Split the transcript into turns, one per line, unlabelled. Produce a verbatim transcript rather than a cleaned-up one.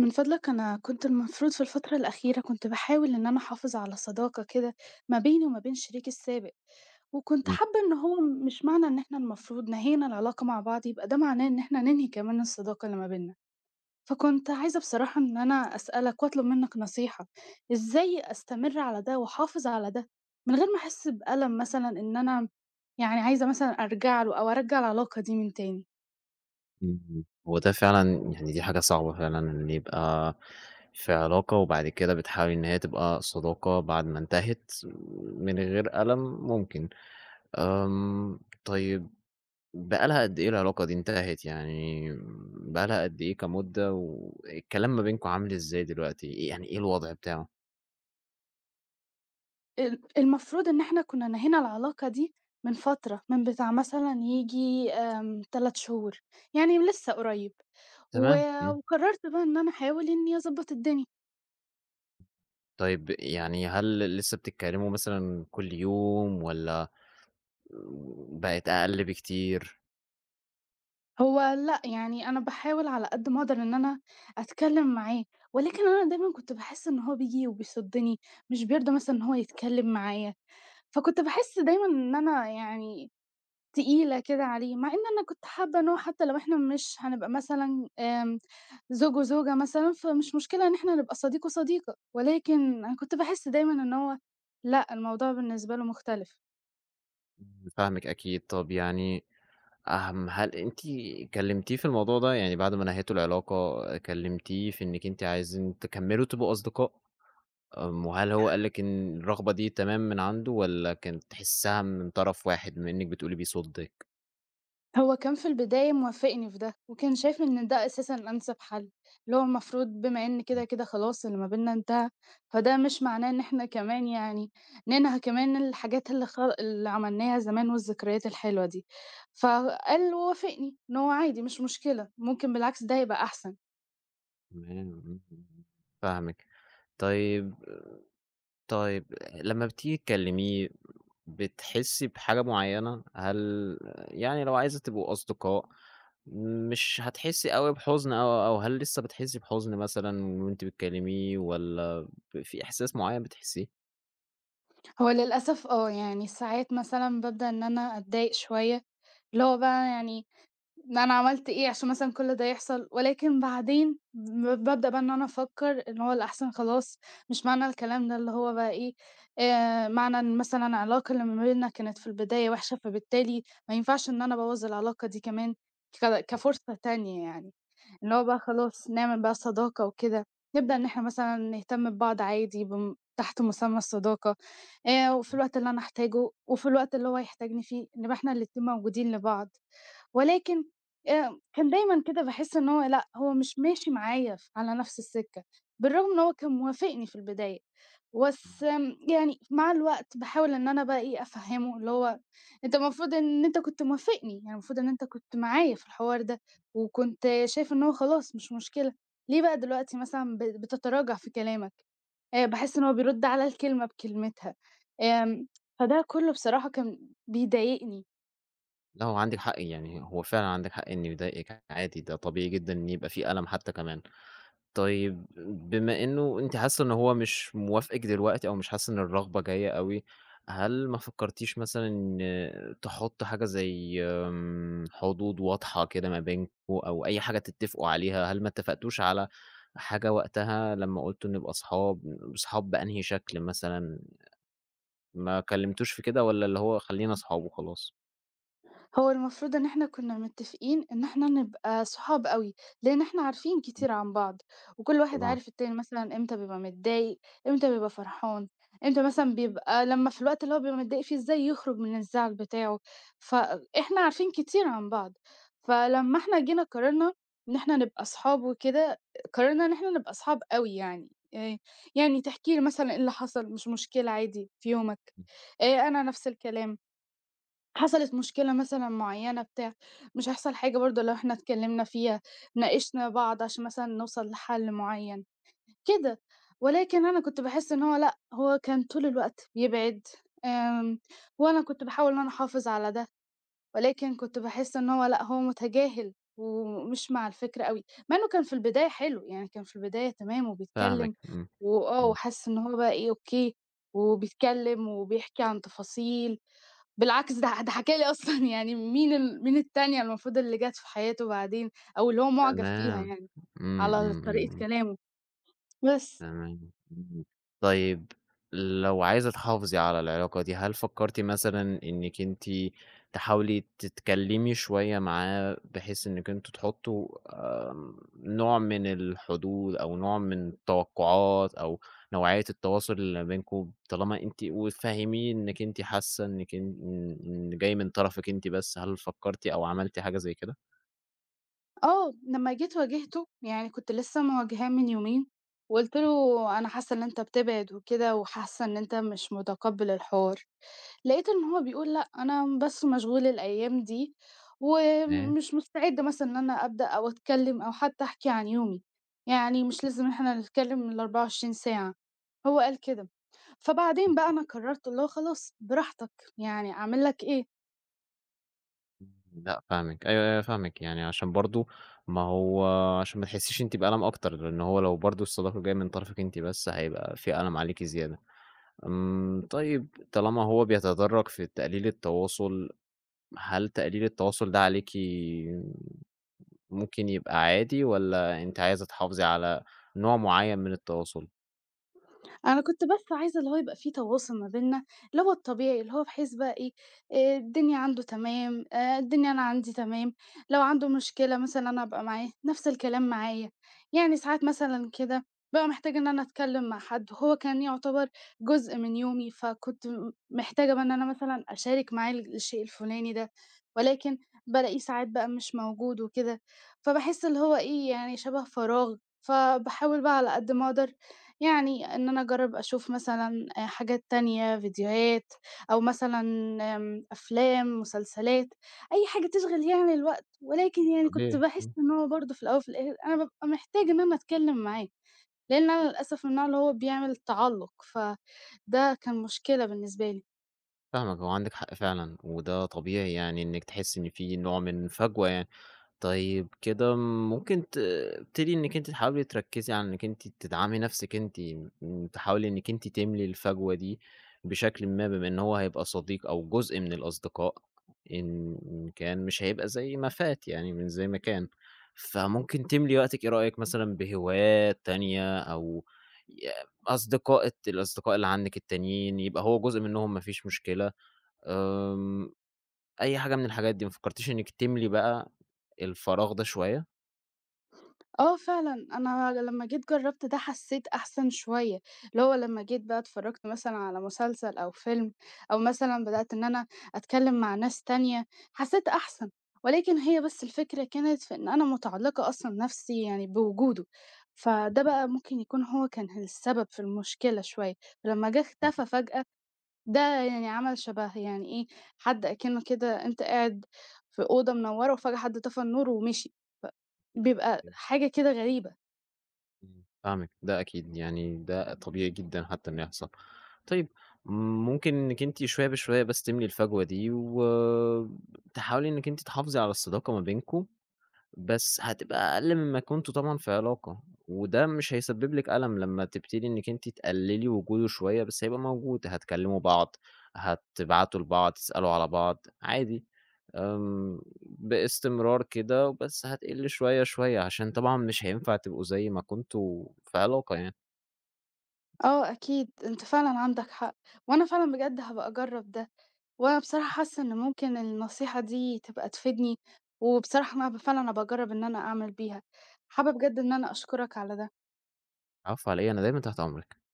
من فضلك أنا كنت المفروض في الفترة الأخيرة كنت باحاول إن أنا أحافظ على صداقة كده ما بيني وما بين شريكي السابق، وكنت
إمم،
حابة إن هو مش معنى إن إحنا المفروض نهينا العلاقة مع بعض يبقى ده معناه إن إحنا ننهي كمان الصداقة اللي ما بيننا، فكنت عايزة بصراحة إن أنا أسألك وأطلب منك نصيحة، إزاي أستمر على ده وأحافظ على ده من غير ما أحس بألم مثلًا إن أنا يعني عايزة مثلًا أرجع له أو أرجع العلاقة دي من تاني؟
إمم، هو ده فعلًا يعني دي حاجة صعبة فعلًا إن يبقى في علاقة وبعد كده بتحاولي إن هي تبقى صداقة بعد ما انتهت من غير ألم ممكن. آمم، طيب بقى لها قد إيه العلاقة دي انتهت يعني بقى لها قد إيه كمدة، والكلام ما بينكم عامل إزاي دلوقتي، إيه يعني إيه الوضع بتاعه؟
ال المفروض إن إحنا كُنّا نهينا العلاقة دي من فترة، من بتاع مثلًا ييجي آمم ثلاثة شهور، يعني لسه قريّب، و
تمام، إمم،
وقرّرت بقى إن أنا أحاول إنّي أضبّط الدنيا،
طيب يعني هل لسه بتتكلموا مثلًا كل يوم والّا بقت أقل بكتير؟
هو لأ، يعني أنا باحاول على قد ما أقدر إن أنا أتكلّم معاه، ولكن أنا دايمًا كنت باحس إن هو بييجي وبيصُدّني، مش بيرضى مثلًا إن هو يتكلّم معايا، فكنت باحس دايمًا إن أنا يعني تقيلة كده عليه، مع إن أنا كنت حابة إن هو حتى لو إحنا مش هنبقى مثلًا آمم، زوج وزوجة مثلًا، فمش مشكلة إن إحنا نبقى صديق وصديقة، ولكن أنا كنت باحس دايمًا إن هو لأ، الموضوع بالنسبة له مختلف.
فاهمِك أكيد، طب يعني أهم هل أنتِ كلمتيه في الموضوع ده؟ يعني بعد ما نهيتوا العلاقة كلمتيه في إنِّك أنتِ عايزين تكمّلوا تبقوا أصدقاء؟ آمم، وهل هو قال لِك إن الرغبة دي تمام من عنده والّا كانت تحسّها من طرف واحد بما إنِّك بتقولي بيصُدِّك؟
هو كان في البداية موافقني في ده، وكان شايف إن ده أساسًا أنسب حل، اللي هو المفروض بما إن كده،
إمم،
كده خلاص اللي ما بيننا انتهى، فده مش معناه إن إحنا كمان يعني ننهى كمان الحاجات اللي خ اللي عملناها زمان والذكريات الحلوة دي. فقال وافقني إن هو عادي مش مشكلة، ممكن بالعكس ده يبقى أحسن.
تمام، إمم، إمم، فاهمِك. طيب، طيب لمّا بتيجي تكلميه بتحسّي بحاجة معيّنة؟ هل يعني لو عايزة تبقوا أصدقاء مش هتحسّي أوي بحُزن أو أو هل لسه بتحسّي بحُزن مثلًا وأنتِ بتكلميه والّا ب في إحساس معيّن بتحسّيه؟
هو للأسف آه، يعني ساعات مثلًا بابدأ إن أنا أتضايق شوية، اللي هو بقى يعني ما أنا عملت إيه عشان مثلًا كل ده يحصل، ولكن بعدين ب بابدأ بقى إن أنا أفكّر إن هو الأحسن خلاص، مش معنى الكلام ده اللي هو بقى إيه، آآ معنى إن مثلًا العلاقة اللي ما بيننا كانت في البداية وحشة، فبالتالي ما ينفعش إن أنا أبوّظ العلاقة دي كمان ك كفرصة تانية يعني، اللي هو بقى خلاص نعمل بقى صداقة وكده، نبدأ إن إحنا مثلًا نهتم ببعض عادي بم تحت مسمى الصداقة، آآ وفي الوقت اللي أنا أحتاجه وفي الوقت اللي هو يحتاجني فيه، نبقى إحنا الاتنين موجودين لبعض. ولكن آآ كان دايمًا كده باحس إن هو لأ، هو مش ماشي معايا ف على نفس السكة، بالرغم إن هو كان موافقني في البداية، بس آمم يعني مع الوقت باحاول إن أنا بقى إيه، أفهّمه اللي هو أنت المفروض إن أنت كنت موافقني، يعني المفروض إن أنت كنت معايا في الحوار ده، وكنت شايف إن هو خلاص مش مشكلة، ليه بقى دلوقتي مثلًا ب بتتراجع في كلامك؟ آآ باحس إن هو بيرُد على الكلمة بكلمتها، آمم فده كُلّه بصراحة كان بيضايقني.
لأ هو عندِك حق يعني، هو فعلًا عندِك حق إنه يضايقِك عادي، ده طبيعي جدًا إن يبقى في ألَم حتى كمان. طيب بما إنه أنتِ حاسة إن هو مش موافقِك دلوقتي أو مش حاسة إن الرغبة جاية أوي، هل ما فكرتيش مثلًا إن تحطّي حاجة زي آمم، حدود واضحة كده ما بينكم أو أي حاجة تتفقوا عليها؟ هل ما اتفقتوش على حاجة وقتها لمّا قُلتوا نبقى أصحاب، أصحاب بأنهي شكل مثلًا؟ ما كلمتوش في كده والّا اللي هو خلّينا أصحاب وخلاص؟
هو المفروض إن إحنا كنا متّفقين إن إحنا نبقى صحاب أوي، لإن إحنا عارفين كتير عن بعض، وكل واحد
طبعًا،
عارف التاني مثلًا إمتى بيبقى متضايق، إمتى بيبقى فرحان، إمتى مثلًا بيبقى لمّا في الوقت اللي هو بيبقى متضايق فيه إزاي يخرج من الزعل بتاعه، فإحنا عارفين كتير عن بعض، فلمّا إحنا جينا قررنا إن إحنا نبقى صحاب وكده، قررنا إن إحنا نبقى صحاب أوي يعني، آآ يعني تحكي لي مثلًا إيه اللي حصل، مش مشكلة عادي في يومك، آآ أنا نفس الكلام. حصلت مشكلة مثلًا معيّنة بتاع، مش هيحصل حاجة برضه لو إحنا اتكلّمنا فيها، ناقشنا بعض عشان مثلًا نوصل لحل معيّن، كده. ولكن أنا كنت باحس إن هو لأ، هو كان طول الوقت بيبعد، آمم، وأنا كنت باحاول إن أنا أحافظ على ده، ولكن كنت باحس إن هو لأ، هو متجاهل ومش مع الفكرة أوي، مع إنه كان في البداية حلو، يعني كان في البداية تمام
فاهمِك،
وبيتكلّم
إمم،
وآه،
إمم،
وحاسس إن هو بقى إيه، أوكي، وبيتكلّم وبيحكي عن تفاصيل بالعكس ده ح ده حكى لي أصلًا يعني مين ال مين التانية المفروض اللي جات في حياته بعدين أو اللي هو معجب فيها
تمام،
يعني،
إمم،
على
إمم، إمم،
طريقة
إمم.
كلامه، بس.
تمام، إمم. طيب لو عايزة تحافظي على العلاقة دي، هل فكرتِ مثلًا إنِّك أنتِ تحاولي تتكلمي شوية معاه بحيث إنِّك أنتم تحطّوا آمم، نوع من الحدود أو نوع من التوقعات أو نوعية التواصل اللي بينكم طالما أنتِ وتفهّميه إنِّك أنتِ حاسة إنِّك إن إن إن جاي من طرفِك أنتِ بس، هل فكرتِ أو عملتِ حاجة زي كده؟
آه، لمّا جيت واجهته، يعني كنت لسه مواجهاه من يومين، وقُلت له: "أنا حاسة إن أنت بتبعد وكده وحاسة إن أنت مش متقبّل الحوار." لقيت إن هو بيقول لأ، أنا بس مشغول الأيام دي، ومش مستعد مثلًا إن أنا أبدأ أو أتكلم أو حتى أحكي عن يومي، يعني مش لازم إحنا نتكلم الأربعة وعشرين ساعة، هو قال كده. فبعدين بقى أنا قررت اللي هو خلاص براحتك، يعني أعمل لك إيه؟
إمم، لأ فاهمِك، أيوه، أيوه فاهمِك، يعني عشان برضه ما هو عشان ما تحسّيش أنتِ بألم أكتر، لإن هو لو برضه الصداقة جاية من طرفِك أنتِ بس، هيبقى في ألم عليكِ زيادة. إمم، طيب طالما هو بيتدرّج في تقليل التواصل، هل تقليل التواصل ده عليكِ ممكن يبقى عادي والّا أنتِ عايزة تحافظي على نوع معيّن من التواصل؟
أنا كنت بس عايزة اللي هو يبقى في تواصل ما بيننا، اللي هو الطبيعي، اللي هو بحيث بقى إيه، آآ الدنيا عنده تمام، آآ الدنيا أنا عندي تمام، لو عنده مشكلة مثلًا أنا أبقى معاه، نفس الكلام معايا. يعني ساعات مثلًا كده بابقى محتاجة إن أنا أتكلم مع حد، هو كان يعتبر جزء من يومي، فكنت م محتاجة بقى إن أنا مثلًا أشارك معاه ال الشيء الفلاني ده، ولكن بالاقيه ساعات بقى مش موجود وكده، فباحس اللي هو إيه، يعني شبه فراغ، فباحاول بقى على قد ما أقدر يعني إن أنا أجرّب أشوف مثلًا آآ حاجات تانية، فيديوهات أو مثلًا آمم أفلام، مسلسلات، أي حاجة تشغِل يعني الوقت، ولكن يعني كنت
طبيعي،
باحس
إمم،
إن هو برضه في الأول وفي الآخر أنا بابقى محتاجة إن أنا أتكلّم معاه، لإن أنا للأسف من النوع اللي هو بيعمل تعلُّق، فده كان مشكلة بالنسبة لي.
فاهمِك، هو عندِك حق فعلًا، وده طبيعي يعني إنِّك تحسّي إن في نوع من فجوة يعني. طيب كده ممكن تبتدي إنِّك أنتِ تحاولي تركّزي على إنِّك أنتِ تدعمي نَفْسِك أنتِ، م تحاولي إنِّك أنتِ تملي الفجوة دي بشكلٍ ما، بما إن هو هيبقى صديق أو جزء من الأصدقاء إن إن كان مش هيبقى زي ما فات يعني، مش زي ما كان. فممكن تملي وقتِك إيه رأيك مثلًا بهوايات تانية أو ي أصدقاء الت الأصدقاء اللي عندِك التانيين يبقى هو جزء منّهم ما فيش مشكلة، آمم أي حاجة من الحاجات دي، ما فكّرتيش إنِّك تملي بقى الفراغ ده شوية؟
آه فعلًا، أنا لمّا جيت جرّبت ده حسّيت أحسن شوية، اللي هو لمّا جيت بقى اتفرّجت مثلًا على مسلسل أو فيلم أو مثلًا بدأت إن أنا أتكلّم مع ناس تانية، حسّيت أحسن، ولكن هي بس الفكرة كانت في إن أنا مُتعلّقة أصلًا نَفْسي يعني بوجوده، فده بقى ممكن يكون هو كان السبب في المشكلة شوية، فلمّا جه
إمم،
اختفى فجأة ده يعني عمل شبه يعني إيه، حد أكنه كده أنت قاعد في أوضة منوّرة وفجأة حد طفى النور ومشي، ف بيبقى
إمم،
حاجة كده غريبة.
إمم. فاهمِك، ده أكيد يعني ده طبيعي جدًا حتّى إنه يحصل. طيب ممكن إنِّك أنتِ شوية بشوية بس تملي الفجوة دي، وتحاولي إنِّك أنتِ تحافظي على الصداقة ما بينكم. بس هتبقى أقل مما كنتم طبعًا في علاقة، وده مش هيسبب لِك ألم لمّا تبتدي إنِّك أنتِ تقللي وجوده شوية، بس هيبقى موجود، هتكلموا بعض، هتبعتوا لبعض، تسألوا على بعض، عادي، آمم، باستمرار كده بس هتقل شوية، شوية، عشان طبعًا مش هينفع تبقوا زي ما كنتم في علاقة يعني.
آه أكيد، أنت فعلًا عندك حق، وأنا فعلًا بجد هابقى أجرّب ده، وأنا بصراحة حاسة إن ممكن النصيحة دي تبقى تفيدني، وبصراحة أنا هابقى فعلًا هابقى أجرّب إن أنا أعمل بيها. حابة بجد إن أنا أشكرك على ده.
العفو على إيه، أنا دايمًا تحت أمرِك.